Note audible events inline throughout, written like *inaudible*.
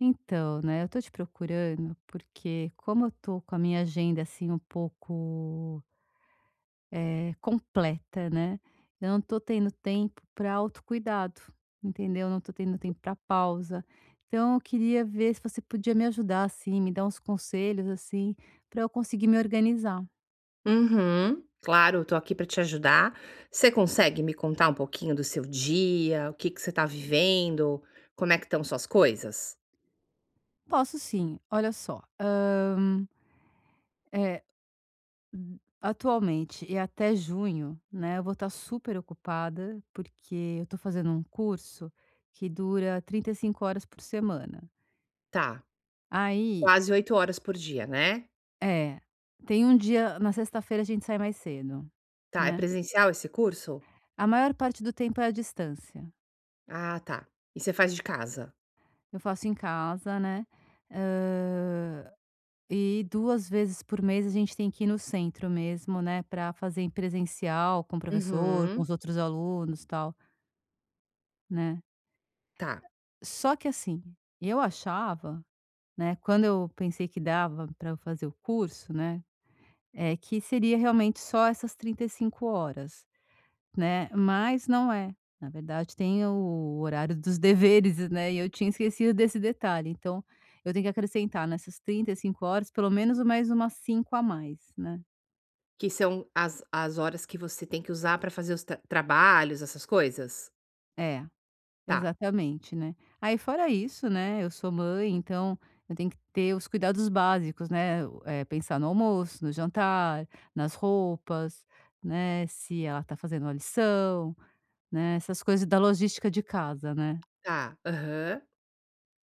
Então, né, eu tô te procurando porque como eu tô com a minha agenda, assim, um pouco, completa, né, eu não tô tendo tempo pra autocuidado, entendeu? Eu não tô tendo tempo para pausa. Então eu queria ver se você podia me ajudar, assim, me dar uns conselhos, assim, para eu conseguir me organizar. Uhum. Claro, estou aqui para te ajudar. Você consegue me contar um pouquinho do seu dia? O que que você está vivendo? Como é que estão suas coisas? Posso sim, olha só, eh atualmente e até junho, né, eu vou estar super ocupada, porque eu tô fazendo um curso que dura 35 horas por semana. Tá, Aí quase 8 horas por dia, né? é, tem um dia na sexta-feira a gente sai mais cedo, Tá, é né. presencial esse curso? A maior parte do tempo é à distância. Ah, tá. E você faz de casa? Eu faço em casa, né, hã, e 2 vezes por mês a gente tem que ir no centro mesmo, né, para fazer em presencial com o professor, com Uhum, os outros alunos, tal, né. tá. Só que assim, eu achava, né, quando eu pensei que dava para eu fazer o curso, né, é que seria realmente só essas 35 horas, né, mas não é. Na verdade tem o horário dos *laughs* deveres, né, e eu tinha esquecido desse detalhe, então eu tenho que acrescentar nessas 35 horas pelo menos mais umas 5 a mais, né. Que são as horas que você tem que usar para fazer os trabalhos, essas coisas? É. Tá, Exatamente, né. Aí fora isso, né, eu sou mãe, então eu tenho que ter os cuidados básicos, né, o pensar no almoço, no jantar, nas roupas, né, se ela tá fazendo a lição, né, essas coisas da logística de casa, né. tá. Aham.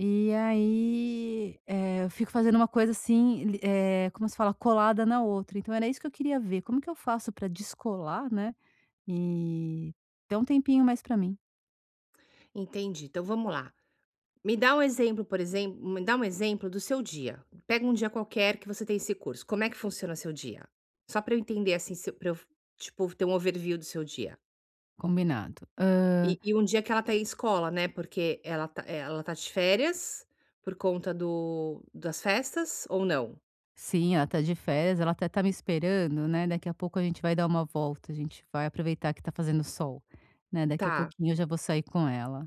E aí, eu fico fazendo uma coisa assim, como se fala? Colada na outra, então era isso que eu queria ver, como que eu faço para descolar, né, e ter um tempinho mais para mim. Entendi. Então vamos lá. Me dá um exemplo, por exemplo, me dá um exemplo do seu dia. Pega um dia qualquer que você tem esse curso. Como é que funciona seu dia? Só para eu entender, assim, se pra eu, tipo, ter um overview do seu dia. Combinado. E um dia que ela tá em escola, né? Porque ela tá de férias por conta do, das festas ou não? Sim, ela tá de férias, ela até tá me esperando, né, daqui a pouco a gente vai dar uma volta, a gente vai aproveitar que tá fazendo sol, né, daqui a Tá. pouquinho eu já vou sair com ela.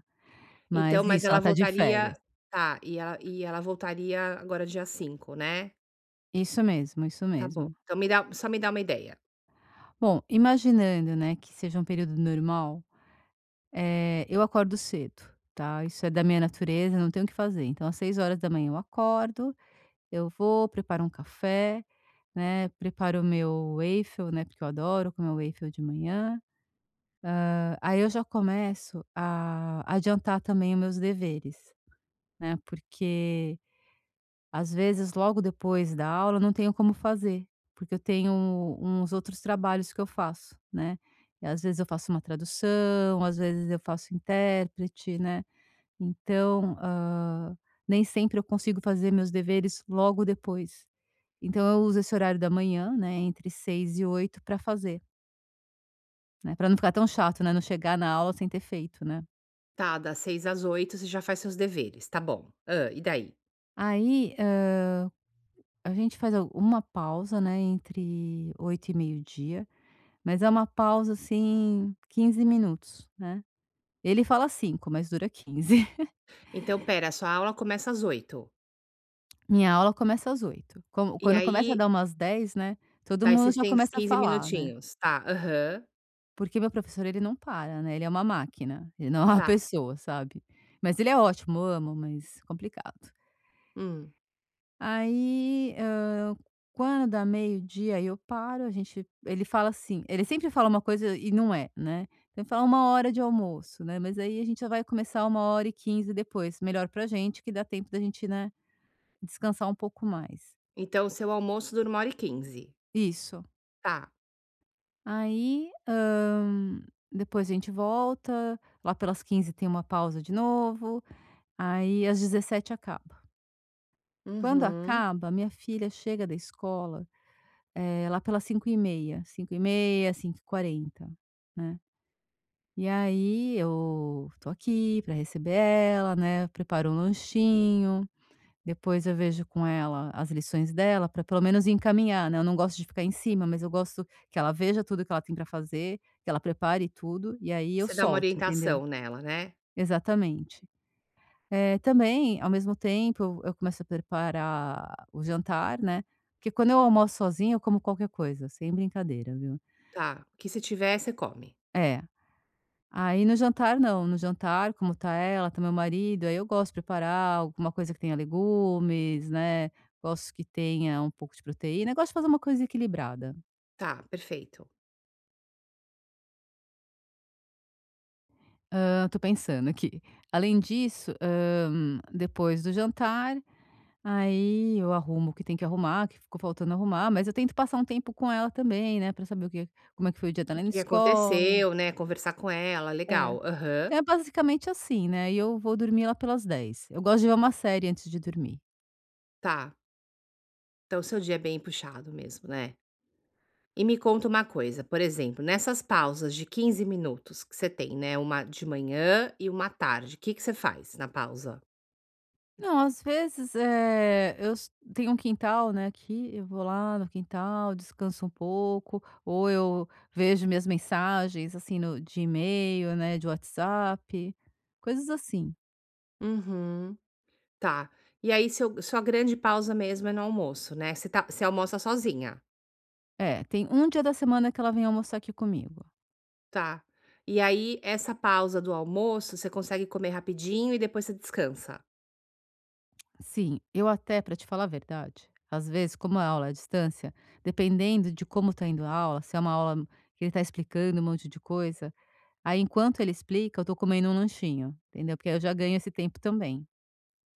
Então, Mas mas isso, ela ela tá de férias. voltaria. Tá. E ela voltaria agora dia 5, né? Isso mesmo, isso Tá bom. mesmo. Então, me dá, só me dá uma ideia. Bom, imaginando, né, que seja um período normal, eu acordo cedo, tá, isso é da minha natureza, não tenho o que fazer. Então às 6 horas da manhã eu acordo, eu vou, preparo um café, né, preparo o meu waffle, né, porque eu adoro comer waffle de manhã. Aí eu já começo a adiantar também os meus deveres, né, porque às vezes logo depois da aula eu não tenho como fazer, porque eu tenho uns outros trabalhos que eu faço, né. E às vezes eu faço uma tradução, às vezes eu faço intérprete, né, então, nem sempre eu consigo fazer meus deveres logo depois. Então eu uso esse horário da manhã, né, entre 6 e 8 para fazer, né, para não ficar tão chato, né, não chegar na aula sem ter feito, né. Tá, das 6 às 8 você já faz seus deveres. Tá bom. Ah, e daí? Aí, a gente faz al uma pausa, né, entre oito e meio-dia, mas é uma pausa, assim, 15 minutos, né. Ele fala 5 mas dura 15. *laughs* Então pera, a sua aula começa às oito. Minha aula começa às oito. Como E quando começa a aí, dar umas dez, né, todo daí mundo vocês já têm uns começa a 15 falar, né. minutinhos. Tá, aham, Porque meu professor, ele não para, né, ele é uma máquina, ele não é uma *laughs* tá. pessoa, sabe. Mas ele é ótimo, eu amo, mas complicado. Hum. Aí, quando dá meio-dia, aí eu paro, a gente ele fala assim, ele sempre fala uma coisa e não é, né. Então ele fala: "uma hora de almoço", né, mas aí a gente já vai começar 1 hora e quinze depois, melhor pra gente que dá tempo da gente, né, descansar um pouco mais. Então seu almoço dura uma hora e quinze. Isso. Tá. Aí, depois a gente volta, lá pelas quinze tem uma pausa de novo, aí às 17 acaba. Quando Uhum. acaba, minha filha chega da escola. Lá pelas 5:30, 5:30, 5:40, né. E aí eu tô aqui para receber ela, né, preparo um lanchinho, depois eu vejo com ela as lições dela para pelo menos encaminhar, né, eu não gosto de ficar em cima, mas eu gosto que ela veja tudo que ela tem para fazer, que ela prepare tudo, e aí eu Você dá uma solto, entendeu? orientação nela, né. Exatamente. Também, ao mesmo tempo, eu começo a preparar o jantar, né, porque quando eu almoço sozinha, eu como qualquer coisa, sem brincadeira, viu. Tá, o que se tiver você come. É. Aí no jantar não, no jantar, como tá ela, tá meu marido, aí eu gosto de preparar alguma coisa que tenha legumes, né, gosto que tenha um pouco de proteína, gosto de fazer uma coisa equilibrada. Tá, perfeito. Tô pensando aqui. Além disso, depois do jantar, aí eu arrumo o que tem que arrumar, que ficou faltando arrumar, mas eu tento passar um tempo com ela também, né, pra saber o que como é que foi o dia O dela na que escola. aconteceu, né, conversar com ela, É. legal. Aham, Então é basicamente assim, né, e eu vou dormir lá pelas dez. Eu gosto de ver uma série antes de dormir. tá. Então seu dia é bem puxado mesmo, né. E me conta uma coisa, por exemplo, nessas pausas de 15 minutos que você tem, né, uma de manhã e uma à tarde, o que que você faz na pausa? Não, às vezes, eu s tenho um quintal, né, aqui, eu vou lá no quintal, descanso um pouco, ou eu vejo minhas mensagens, assim, no de e-mail, né, de WhatsApp, coisas assim. Uhum. Tá. E aí seu sua grande pausa mesmo é no almoço, né, você almoça sozinha? É, tem um dia da semana que ela vem almoçar aqui comigo. Tá. E aí essa pausa do almoço, você consegue comer rapidinho e depois você descansa? Sim, eu até, para te falar a verdade, às vezes, como a aula é à distância, dependendo de como tá indo a aula, se é uma aula que ele tá explicando um monte de coisa, aí enquanto ele explica, eu tô comendo um lanchinho, entendeu? Porque aí eu já ganho esse tempo também.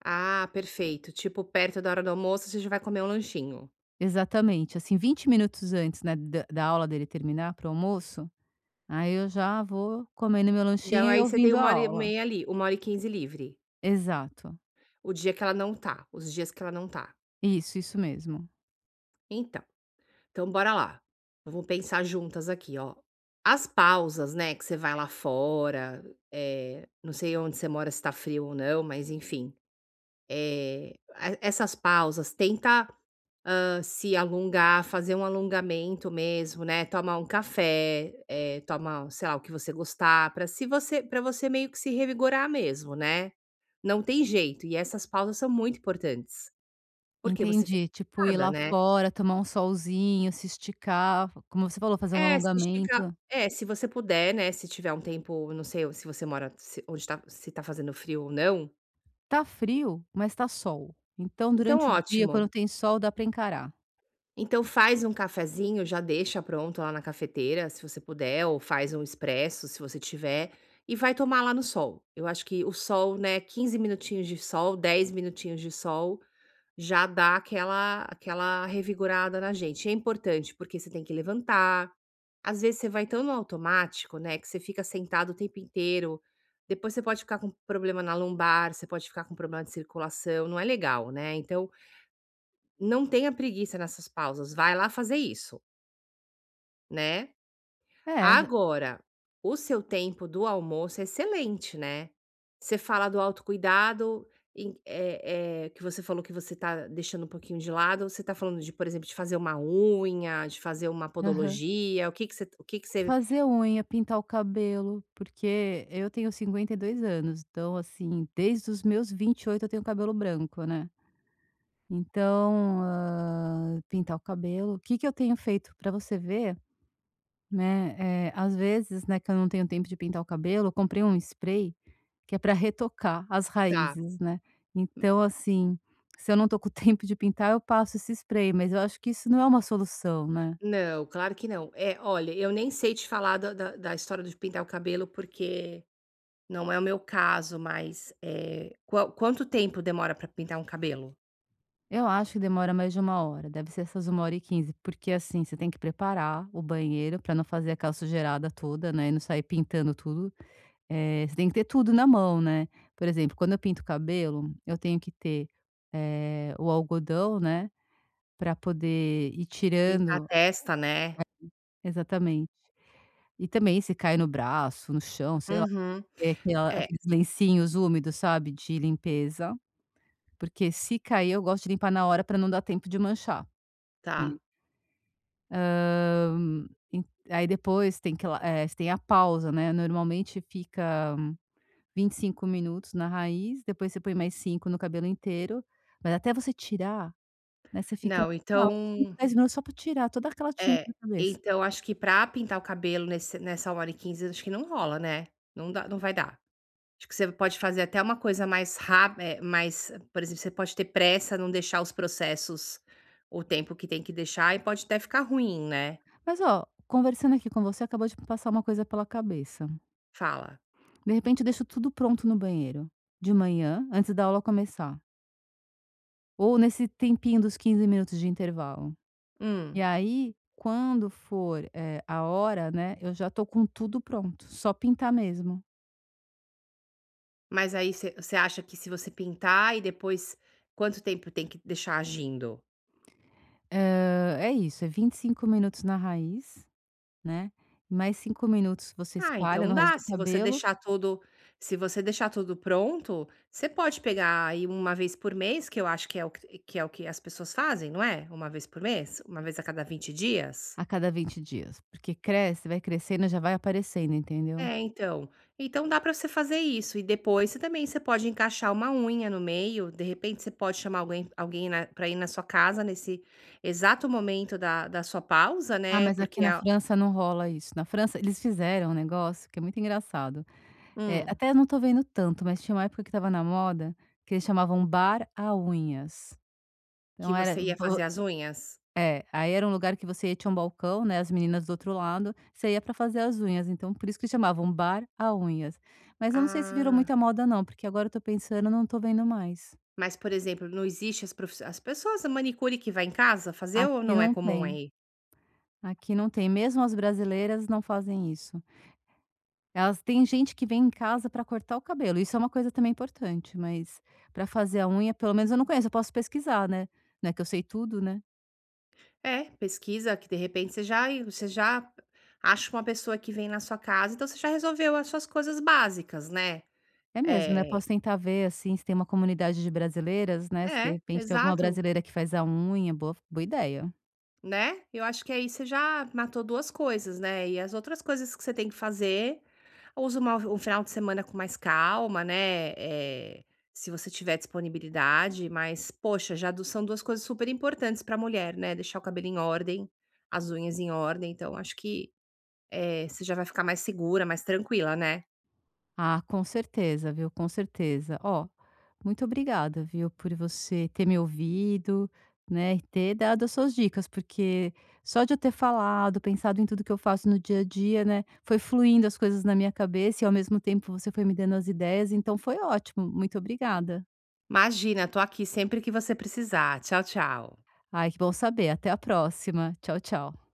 Ah, perfeito, tipo perto da hora do almoço você já vai comer um lanchinho. Exatamente, assim, 20 minutos antes, né, da aula dele terminar para o almoço, aí eu já vou comendo meu Então lanchinho e aí você tem ouvindo a uma hora e aula. meia ali, uma hora e 15 livre, Exato. o dia que ela não tá, os dias que ela não tá. Isso mesmo. Então Então bora lá, vamos pensar juntas aqui, ó. As pausas, né, que você vai lá fora, não sei onde você mora, se tá frio ou não, mas enfim, a essas pausas, tenta, se alongar, fazer um alongamento mesmo, né, tomar um café, toma, sei lá, o que você gostar, pra se você para você meio que se revigorar mesmo, né. Não tem jeito, e essas pausas são muito importantes, porque você fica Entendi, tipo ir cansada, lá né. fora, tomar um solzinho, se esticar, como você falou, fazer um É, se esticar alongamento. é, se você puder, né, se tiver um tempo, não sei se você mora se onde tá se tá fazendo frio ou não, Tá frio, mas tá sol, então então durante o dia, ótimo. quando tem sol, dá para encarar. Então faz um cafezinho, já deixa pronto lá na cafeteira, se você puder, ou faz um expresso, se você tiver, e vai tomar lá no sol. Eu acho que o sol, né, quinze minutinhos de sol, 10 minutinhos de sol, já dá aquela revigorada na gente. É importante, porque você tem que levantar. Às vezes você vai tão no automático, né, que você fica sentado o tempo inteiro, depois você pode ficar com problema na lombar, você pode ficar com problema de circulação, não é legal, né. Então, não tenha preguiça nessas pausas, vai lá fazer isso, né. É, Agora, o seu tempo do almoço é excelente, né. Você fala do autocuidado, que você falou que você tá deixando um pouquinho de lado, você tá falando de, por exemplo, de fazer uma unha, de fazer uma aham. podologia, o que que você Fazer unha, pintar o cabelo, porque eu tenho 52 anos, então, assim, desde os meus 28 eu tenho cabelo branco, né. Então, pintar o cabelo o que que eu tenho feito para você ver, né, às vezes, né, que eu não tenho tempo de pintar o cabelo, eu comprei um spray que é para retocar as tá. raízes, né. Então, assim, se eu não tô com *laughs* tempo de pintar, eu passo esse spray, mas eu acho que isso não é uma solução, né. Não, claro que não. É, olha, eu nem sei te falar da história de pintar o cabelo, porque não é o meu caso, mas, quanto tempo demora pra pintar um cabelo? Eu acho que demora mais de uma hora, deve ser essas 1 hora e 15, porque, assim, você tem que preparar o banheiro para não fazer aquela sujeirada toda, né, e não sair pintando tudo. Você tem que ter tudo na mão, né. Por exemplo, quando eu pinto o cabelo, eu tenho que ter, o algodão, né, para poder ir Limpar a tirando, testa, né? exatamente. E também se cai no braço, no chão, sei lá, Uhum. é aquela É, aqueles lencinhos úmidos, sabe, de limpeza, porque se cair eu gosto de limpar na hora para não dar tempo de manchar, né. tá. Hã, en Aí depois tem que la eh, tem a pausa, né, normalmente fica 25 minutos na raiz, depois você põe mais 5 no cabelo inteiro, mas até você tirar, né, você fica, Não, sei lá, uns 5, então 10 minutos só para tirar toda aquela tinta é, da cabeça. então acho que pra pintar o cabelo nesse nessa hora e quinze acho que não rola, né? Não vai dar. Acho que você pode fazer até uma coisa mais rápida, mais por exemplo, você pode ter pressa, não deixar os processos o tempo que tem que deixar e pode até ficar ruim, né. Mas ó, conversando aqui com você, acabou de me passar uma coisa pela cabeça. Fala: De repente eu deixo tudo pronto no banheiro, de manhã, antes da aula começar, ou nesse tempinho dos 15 minutos de intervalo. E "Hum, aí, quando for, a hora, né, eu já tô com tudo pronto, só pintar mesmo. mas aí você acha que se você pintar e depois quanto tempo tem que deixar agindo?". É isso, é 25 minutos na raiz, né, mais 5 minutos você "Ah, espalha então no dá, resto do se você cabelo deixar tudo se você deixar tudo pronto, você pode pegar aí uma vez por mês", que eu acho que é o que que é o que as pessoas fazem, não é? Uma vez por mês? Uma vez a cada 20 dias? a cada 20 dias, porque cresce, vai crescendo, já vai aparecendo, entendeu. É, então. Então dá pra você fazer isso e depois você também você pode encaixar uma unha no meio, de repente você pode chamar alguém na pra ir na sua casa nesse exato momento da sua pausa, Ah, né, mas aqui porque na a França não rola isso. Na França eles fizeram um negócio que é muito engraçado, hum, até não tô vendo tanto, mas tinha uma época que estava na moda, que eles chamavam bar a unhas. que Então era você ia fazer as unhas? É, aí era um lugar que você ia, tinha um balcão, né, as meninas do outro lado, você ia pra fazer as unhas, então por isso que chamavam Bar a Unhas. Mas eu não sei se virou Ah, muita moda não, porque agora eu tô pensando, não tô vendo mais. mas, por exemplo, não existe as pessoas a manicure que vai em casa fazer ou Aqui não é não comum tem, aí? aqui não tem, mesmo as brasileiras não fazem isso. Elas têm gente que vem em casa pra cortar o cabelo, isso é uma coisa também importante, mas pra fazer a unha, pelo menos eu não conheço, eu posso pesquisar, né, não é que eu sei tudo, né. É, pesquisa que de repente você já acha uma pessoa que vem na sua casa, então você já resolveu as suas coisas básicas, né. É mesmo, né, É. posso tentar ver, assim, se tem uma comunidade de brasileiras, né, se de É, repente tem alguma exato, brasileira que faz a unha, boa boa ideia. né. Eu acho que aí você já matou 2 coisas, né, e as outras coisas que você tem que fazer, usa uma um final de semana com mais calma, né, se você tiver disponibilidade, mas poxa, já do são 2 coisas super importantes para mulher, né, deixar o cabelo em ordem, as unhas em ordem, então acho que, você já vai ficar mais segura, mais tranquila, né. Ah, com certeza, viu, com certeza. Ó, muito obrigada, viu, por você ter me ouvido, né, e ter dado as suas dicas, porque só de eu ter falado, pensado em tudo que eu faço no dia a dia, né, foi fluindo as coisas na minha cabeça e ao mesmo tempo você foi me dando as ideias, então foi ótimo, muito obrigada. Imagina, tô aqui sempre que você precisar. Tchau, tchau. Ai, que bom saber, até a próxima. Tchau, tchau.